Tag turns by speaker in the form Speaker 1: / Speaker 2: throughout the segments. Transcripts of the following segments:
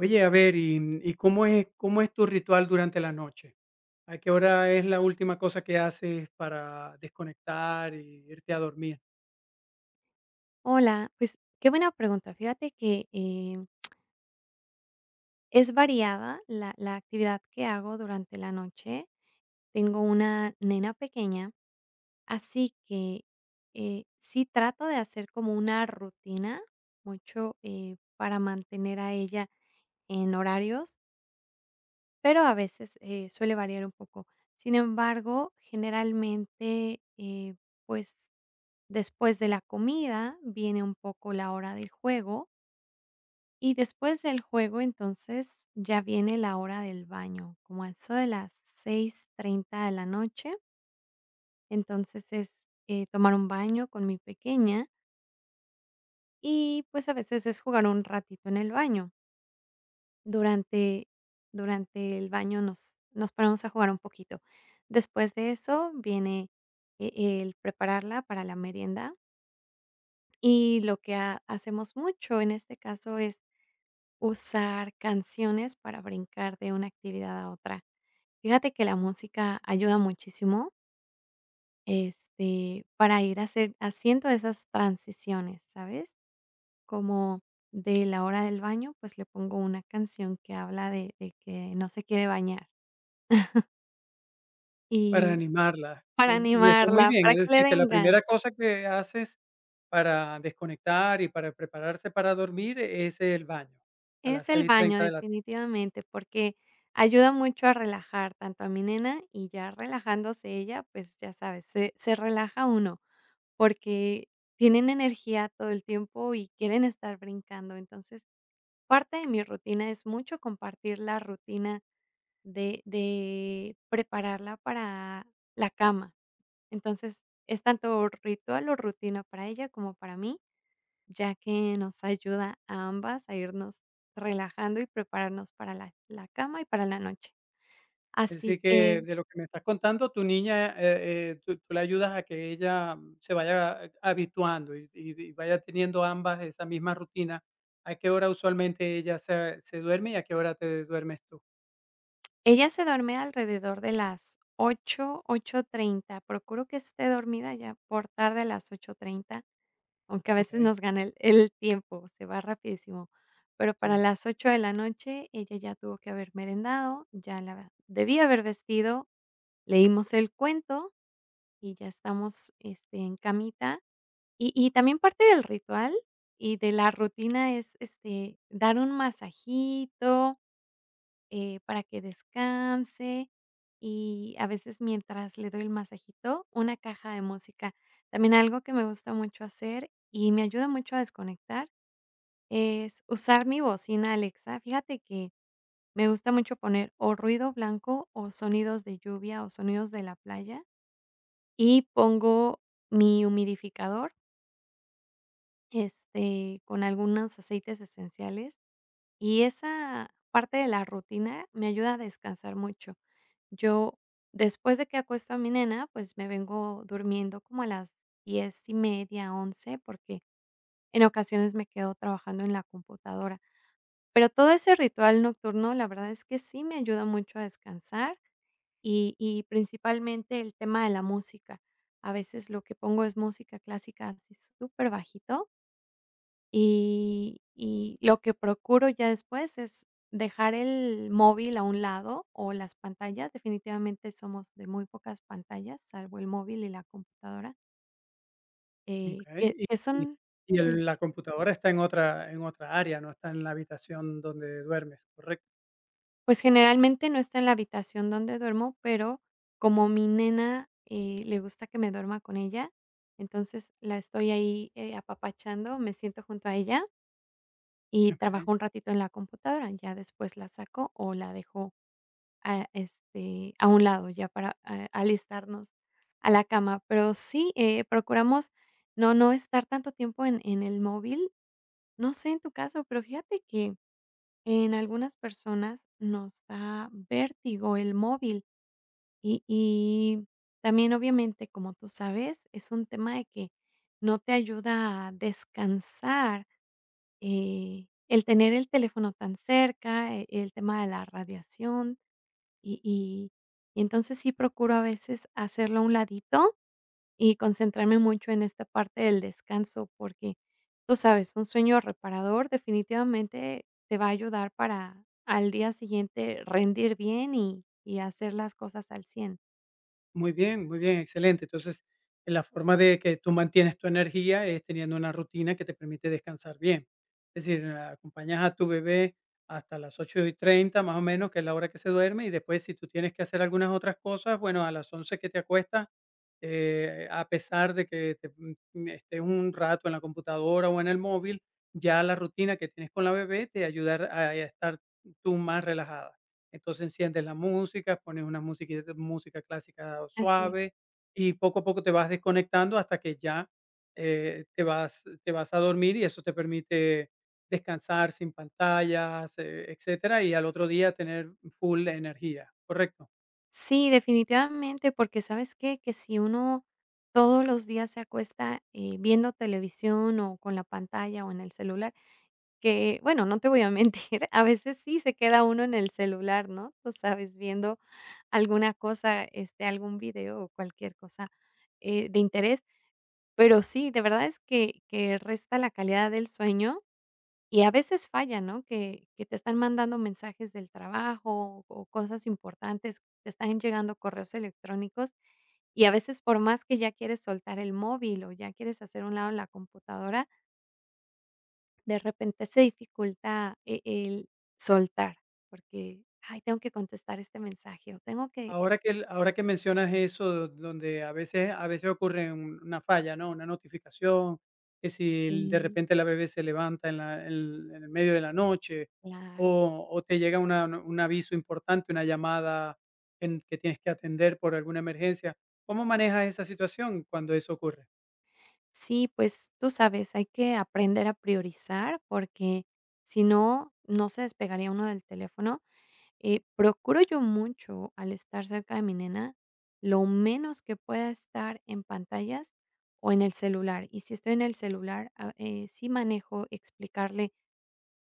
Speaker 1: Oye, a ver, ¿y cómo es tu ritual durante la noche? ¿A qué hora es la última cosa que haces para desconectar y irte a dormir,
Speaker 2: Hola, pues qué buena pregunta. Fíjate que es variada la actividad que hago durante la noche. Tengo una nena pequeña, así que sí trato de hacer como una rutina mucho para mantener a ella en horarios, pero a veces suele variar un poco. Sin embargo, generalmente, pues después de la comida viene un poco la hora del juego. Y después del juego, entonces, ya viene la hora del baño, como a eso de las 6:30 de la noche. Entonces, tomar un baño con mi pequeña y, pues, a veces es jugar un ratito en el baño. Durante durante el baño nos ponemos a jugar un poquito. Después de eso viene el prepararla para la merienda, y lo que ha hacemos mucho en este caso es usar canciones para brincar de una actividad a otra. Fíjate que la música ayuda muchísimo, este, para ir a hacer haciendo esas transiciones, ¿sabes? Como de la hora del baño, pues le pongo una canción que habla de que no se quiere bañar
Speaker 1: para
Speaker 2: y
Speaker 1: animarla?
Speaker 2: para
Speaker 1: Mm. Y está muy
Speaker 2: animarla,
Speaker 1: bien, es
Speaker 2: para que le
Speaker 1: decir, que la
Speaker 2: den
Speaker 1: primera
Speaker 2: ganas.
Speaker 1: cosa que haces para desconectar y para prepararse para dormir es el baño a las
Speaker 2: Es el
Speaker 1: seis y
Speaker 2: baño
Speaker 1: treinta de la.
Speaker 2: definitivamente, porque ayuda mucho a relajar tanto a mi nena y ya relajándose ella, pues ya sabes, se relaja uno. Porque tienen energía todo el tiempo y quieren estar brincando. Entonces, parte de mi rutina es mucho compartir la rutina de prepararla para la cama. Entonces, es tanto ritual o rutina para ella como para mí, ya que nos ayuda a ambas a irnos relajando y prepararnos para la cama y para la noche.
Speaker 1: Así
Speaker 2: Así
Speaker 1: que
Speaker 2: que...
Speaker 1: de lo que me estás contando, tu niña, tú la ayudas a que ella se vaya habituando y vaya teniendo ambas esa misma rutina. ¿A qué hora usualmente ella se duerme y a qué hora te duermes tú?
Speaker 2: Ella se duerme alrededor de las 8, 8:30. Procuro que esté dormida ya por tarde a las 8:30, aunque a veces
Speaker 1: Okey,
Speaker 2: nos gana el tiempo, se va rapidísimo. Pero para
Speaker 1: sí,
Speaker 2: las 8 de la noche ella ya tuvo que haber merendado, ya la debía haber vestido, leímos el cuento y ya estamos, este, en camita. Y también parte del ritual y de la rutina es, este, dar un masajito, para que descanse, y a veces mientras le doy el masajito, una caja de música. También algo que me gusta mucho hacer y me ayuda mucho a desconectar es usar mi bocina Alexa. Fíjate que me gusta mucho poner o ruido blanco o sonidos de lluvia o sonidos de la playa y pongo mi humidificador, este, con algunos aceites esenciales. Y esa parte de la rutina me ayuda a descansar mucho. Yo, después de que acuesto a mi nena, pues me vengo durmiendo como a las diez y media, 11, porque en ocasiones me quedo trabajando en la computadora. Pero todo ese ritual nocturno, la verdad es que sí me ayuda mucho a descansar, y principalmente el tema de la música. A veces lo que pongo es música clásica así súper bajito. Y lo que procuro ya después es dejar el móvil a un lado o las pantallas, definitivamente somos de muy pocas pantallas, salvo el móvil y la computadora,
Speaker 1: okey.
Speaker 2: que que
Speaker 1: Y
Speaker 2: son...
Speaker 1: y
Speaker 2: di
Speaker 1: el la computadora está en otra área, no está en la habitación donde duermes, ¿correcto?
Speaker 2: Pues, generalmente no está en la habitación donde duermo, pero como mi nena, le gusta que me duerma con ella, entonces la estoy ahí, apapachando, me siento junto a ella y
Speaker 1: Okey.
Speaker 2: trabajo un ratito en la computadora, ya después la saco o la dejo a, este, a un lado ya para alistarnos a la cama. Pero sí, procuramos no, no estar tanto tiempo en el móvil. No sé en tu caso, pero fíjate que en algunas personas nos da vértigo el móvil y también obviamente, como tú sabes, es un tema de que no te ayuda a descansar. El tener el teléfono tan cerca, el tema de la radiación, y y y entonces sí procuro a veces hacerlo a un ladito y concentrarme mucho en esta parte del descanso, porque tú sabes, un sueño reparador definitivamente te va a ayudar para al día siguiente rendir bien y hacer las cosas al cien.
Speaker 1: Muy bien, excelente. Entonces, la forma de que tú mantienes tu energía es teniendo una rutina que te permite descansar bien. Es decir, acompañas a tu bebé hasta las 8:30 más o menos, que es la hora que se duerme, y después si tú tienes que hacer algunas otras cosas, bueno, a las 11 que te acuestas, a pesar de que te, estés un rato en la computadora o en el móvil, ya la rutina que tienes con la bebé te ayudará a estar tú más relajada. Entonces enciendes la música, pones una musiquita música clásica
Speaker 2: Así es.
Speaker 1: suave y poco a poco te vas desconectando hasta que ya, te vas a dormir y eso te permite descansar sin pantallas, etcétera, y al otro día tener full energía, ¿correcto?
Speaker 2: Sí, definitivamente, porque ¿sabes qué? Que si uno todos los días se acuesta, viendo televisión o con la pantalla o en el celular. Que, bueno, no te voy a mentir, a veces sí se queda uno en el celular, ¿no? Tú sabes, viendo alguna cosa, este, algún video o cualquier cosa, de interés, pero sí, de verdad es que resta la calidad del sueño, y a veces falla, ¿no? Que te están mandando mensajes del trabajo o cosas importantes, te están llegando correos electrónicos, y a veces por más que ya quieres soltar el móvil o ya quieres hacer un lado la computadora, de repente se dificulta el soltar, porque, ay, tengo que contestar este mensaje, o tengo que...
Speaker 1: Ahora que mencionas eso, donde a veces ocurre un una falla, ¿no? Una notificación, que si el de
Speaker 2: Sí,
Speaker 1: repente la bebé se levanta en el medio de la noche,
Speaker 2: claro.
Speaker 1: o te llega una un aviso importante, una llamada en que tienes que atender por alguna emergencia. ¿Cómo manejas esa situación cuando eso ocurre?
Speaker 2: Sí, pues, tú sabes, hay que aprender a priorizar, porque si no, no se despegaría uno del teléfono. Procuro yo mucho, al estar cerca de mi nena, lo menos que pueda estar en pantallas o en el celular. Y si estoy en el celular, sí manejo explicarle: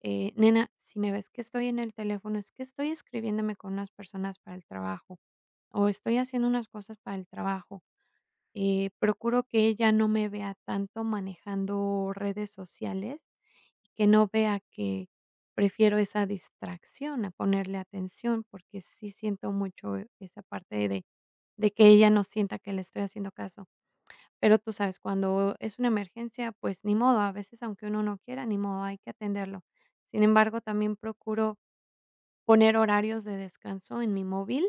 Speaker 2: eh, nena, si me ves que estoy en el teléfono, es que estoy escribiéndome con unas personas para el trabajo o estoy haciendo unas cosas para el trabajo. Procuro que ella no me vea tanto manejando redes sociales y que no vea que prefiero esa distracción a ponerle atención, porque sí siento mucho esa parte de que ella no sienta que le estoy haciendo caso. Pero tú sabes, cuando es una emergencia, pues ni modo, a veces aunque uno no quiera, ni modo, hay que atenderlo. Sin embargo, también procuro poner horarios de descanso en mi móvil,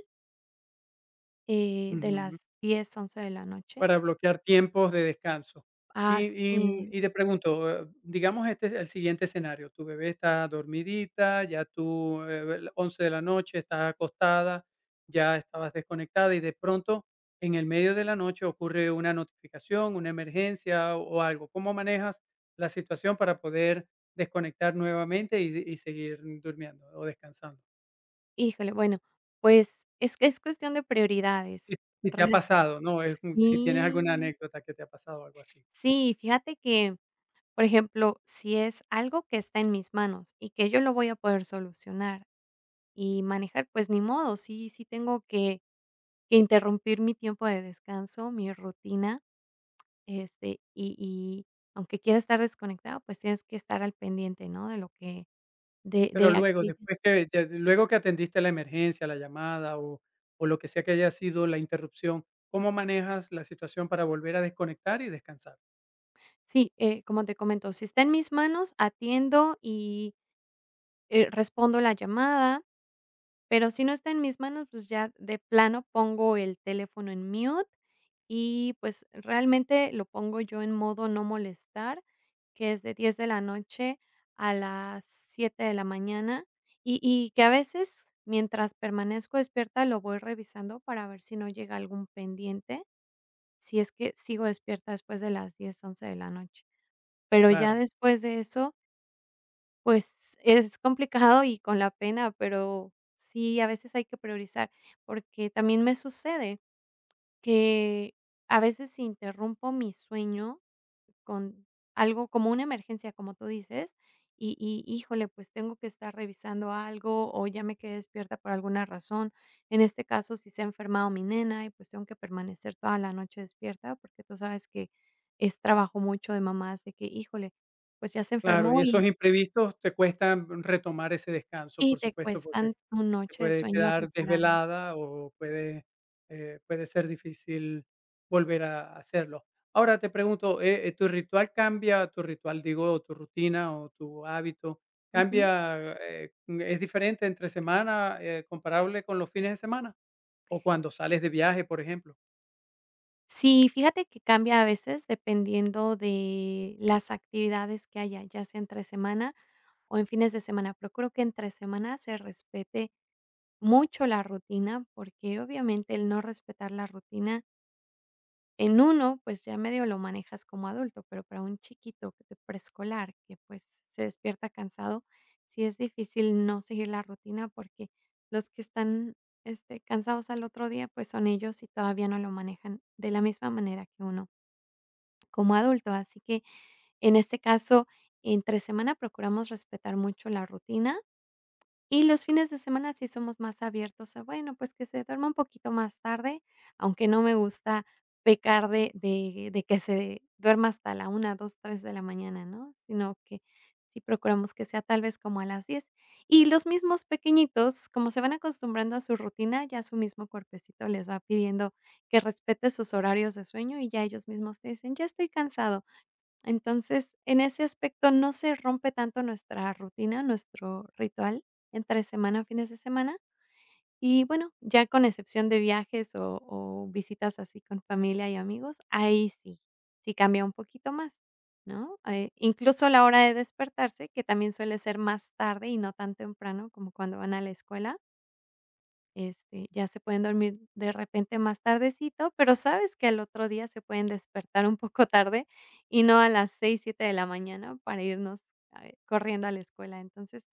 Speaker 2: de las diez, 11 de la noche.
Speaker 1: Para bloquear tiempos de descanso.
Speaker 2: Ah,
Speaker 1: Y y,
Speaker 2: sí,
Speaker 1: mm, y te pregunto, digamos, este es el siguiente escenario, tu bebé está dormidita, ya tú, la de la noche, estás acostada, ya estabas desconectada y de pronto, en el medio de la noche ocurre una notificación, una emergencia o algo. ¿Cómo manejas la situación para poder desconectar nuevamente y seguir durmiendo o descansando?
Speaker 2: híjole, bueno, pues es que es cuestión de prioridades.
Speaker 1: Si si
Speaker 2: Re
Speaker 1: te ha pasado, ¿no? Si tienes alguna
Speaker 2: sí,
Speaker 1: anécdota que te ha pasado o algo así.
Speaker 2: sí, fíjate que, por ejemplo, si es algo que está en mis manos y que yo lo voy a poder solucionar y manejar, pues ni modo, sí, sí tengo que interrumpir mi tiempo de descanso, mi rutina, este, y aunque quiera estar desconectado, pues tienes que estar al pendiente, ¿no? De lo que de
Speaker 1: Pero
Speaker 2: de
Speaker 1: luego,
Speaker 2: aquello...
Speaker 1: después que ya luego que atendiste la emergencia, la llamada o lo que sea que haya sido la interrupción, ¿cómo manejas la situación para volver a desconectar y descansar?
Speaker 2: Sí, como te comento, si está en mis manos, atiendo y, respondo la llamada. Pero si no está en mis manos, pues ya de plano pongo el teléfono en mute, y, pues, realmente lo pongo yo en modo no molestar, que es de 10 de la noche a las 7 de la mañana, y que a veces, mientras permanezco despierta, lo voy revisando para ver si no llega algún pendiente, si es que sigo despierta después de las diez, 11 de la noche. Pero ya
Speaker 1: Claro.
Speaker 2: después de eso, pues, es complicado y con la pena, pero sí, a veces hay que priorizar, porque también me sucede que a veces interrumpo mi sueño con algo como una emergencia, como tú dices, y, híjole, pues, tengo que estar revisando algo, o ya me quedé despierta por alguna razón. En este caso, si se ha enfermado mi nena y, pues, tengo que permanecer toda la noche despierta, porque tú sabes que es trabajo mucho de mamás de que, híjole, pues, ya se
Speaker 1: Claro, y
Speaker 2: enfermó
Speaker 1: esos
Speaker 2: y...
Speaker 1: imprevistos te cuestan retomar ese descanso,
Speaker 2: Y
Speaker 1: por
Speaker 2: te
Speaker 1: supuesto, porque
Speaker 2: cuestan tu
Speaker 1: te
Speaker 2: noche de
Speaker 1: puede
Speaker 2: sueño
Speaker 1: quedar
Speaker 2: reparado.
Speaker 1: desvelada o puede ser difícil volver a hacerlo. Ahora te pregunto, ¿tu ritual cambia, tu ritual digo, o tu rutina o tu hábito
Speaker 2: Ujú.
Speaker 1: cambia, es diferente entre semana, comparable con los fines de semana? O cuando sales de viaje, por ejemplo.
Speaker 2: Sí, fíjate que cambia a veces dependiendo de las actividades que haya, ya sea entre semana o en fines de semana. Procuro que entre semana se respete mucho la rutina, porque obviamente el no respetar la rutina... En uno, pues ya medio lo manejas como adulto, pero para un chiquito que de preescolar que, pues, se despierta cansado, sí es difícil no seguir la rutina porque los que están, este, cansados al otro día, pues son ellos y todavía no lo manejan de la misma manera que uno como adulto. Así que en este caso, entre semana procuramos respetar mucho la rutina. Y los fines de semana sí somos más abiertos a, bueno, pues que se duerma un poquito más tarde, aunque no me gusta pecar de que se duerma hasta la una, dos, 3 de la mañana, ¿no? Sino que sí procuramos que sea tal vez como a las diez. Y los mismos pequeñitos, como se van acostumbrando a su rutina, ya su mismo cuerpecito les va pidiendo que respete sus horarios de sueño y ya ellos mismos te dicen: "Ya estoy cansado". Entonces, en ese aspecto no se rompe tanto nuestra rutina, nuestro ritual entre semana, fines de semana. Y bueno, ya con excepción de viajes o visitas así con familia y amigos, ahí sí, sí cambia un poquito más, ¿no? Incluso la hora de despertarse, que también suele ser más tarde y no tan temprano como cuando van a la escuela, este, ya se pueden dormir de repente más tardecito, pero sabes que al otro día se pueden despertar un poco tarde y no a las seis, 7 de la mañana para irnos, corriendo a la escuela. Entonces,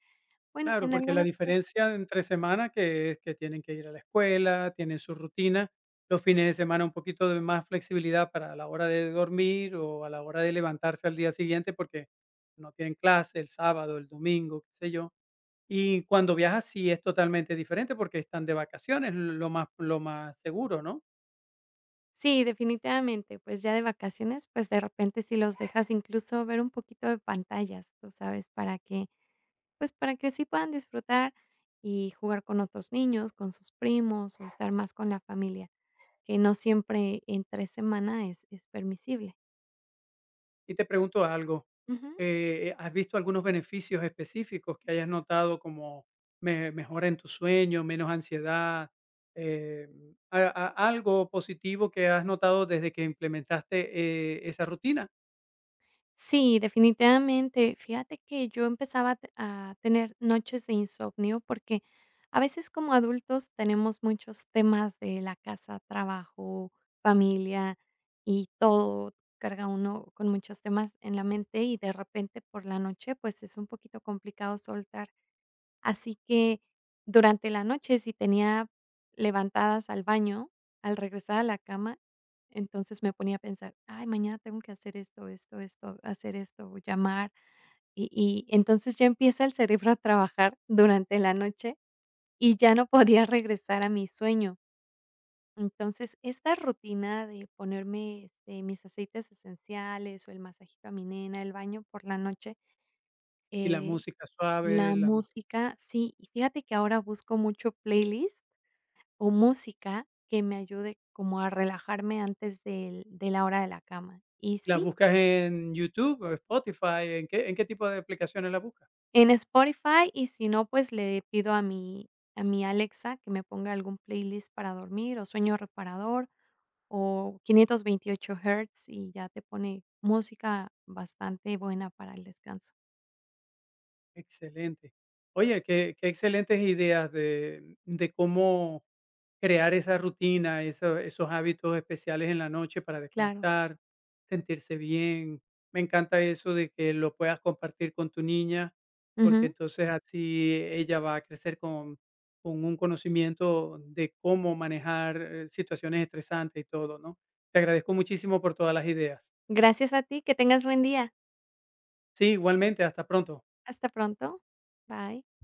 Speaker 2: bueno,
Speaker 1: Claro,
Speaker 2: en
Speaker 1: porque la
Speaker 2: algunos casos...
Speaker 1: diferencia entre semana que es que tienen que ir a la escuela, tienen su rutina, los fines de semana un poquito de más flexibilidad para la hora de dormir o a la hora de levantarse al día siguiente porque no tienen clase el sábado, el domingo, qué sé yo. Y cuando viajas sí es totalmente diferente porque están de vacaciones, lo más seguro, ¿no?
Speaker 2: Sí, definitivamente, pues, ya de vacaciones, pues, de repente si los dejas incluso ver un poquito de pantallas, tú sabes, para que, pues, para que sí puedan disfrutar y jugar con otros niños, con sus primos o estar más con la familia, que no siempre entre semana es permisible.
Speaker 1: Y te pregunto algo,
Speaker 2: Ujú.
Speaker 1: ¿has visto algunos beneficios específicos que hayas notado como mejora en tu sueño, menos ansiedad, eh, algo positivo que has notado desde que implementaste esa rutina
Speaker 2: Sí, definitivamente. Fíjate que yo empezaba a te a tener noches de insomnio, porque a veces como adultos tenemos muchos temas de la casa, trabajo, familia y todo, carga uno con muchos temas en la mente y de repente por la noche, pues, es un poquito complicado soltar. Así que durante la noche, si tenía levantadas al baño, al regresar a la cama, entonces me ponía a pensar: "Ay, mañana tengo que hacer esto, esto, esto, hacer esto, llamar". Y y entonces ya empieza el cerebro a trabajar durante la noche y ya no podía regresar a mi sueño. Entonces, esta rutina de ponerme, este, mis aceites esenciales o el masajito a mi nena, el baño por la noche,
Speaker 1: y la
Speaker 2: eh...
Speaker 1: música suave,
Speaker 2: La música, sí, y fíjate que ahora busco mucho playlist o música que me ayude como a relajarme antes del de la hora de la cama. Y
Speaker 1: la
Speaker 2: sí,
Speaker 1: buscas en YouTube o Spotify, en qué tipo de aplicaciones la buscas?
Speaker 2: en Spotify, y si no, pues le pido a mi Alexa que me ponga algún playlist para dormir o sueño reparador o 528 hertz y ya te pone música bastante buena para el descanso.
Speaker 1: Excelente. Oye, qué excelentes ideas de cómo crear esa rutina, esos hábitos especiales en la noche para
Speaker 2: Claro.
Speaker 1: desconectar, sentirse bien. Me encanta eso de que lo puedas compartir con tu niña, porque
Speaker 2: Ujú.
Speaker 1: entonces así ella va a crecer con un conocimiento de cómo manejar, situaciones estresantes y todo, ¿no? Te agradezco muchísimo por todas las ideas.
Speaker 2: Gracias a ti, que tengas buen día.
Speaker 1: Sí, igualmente, hasta pronto.
Speaker 2: Hasta pronto. Bye.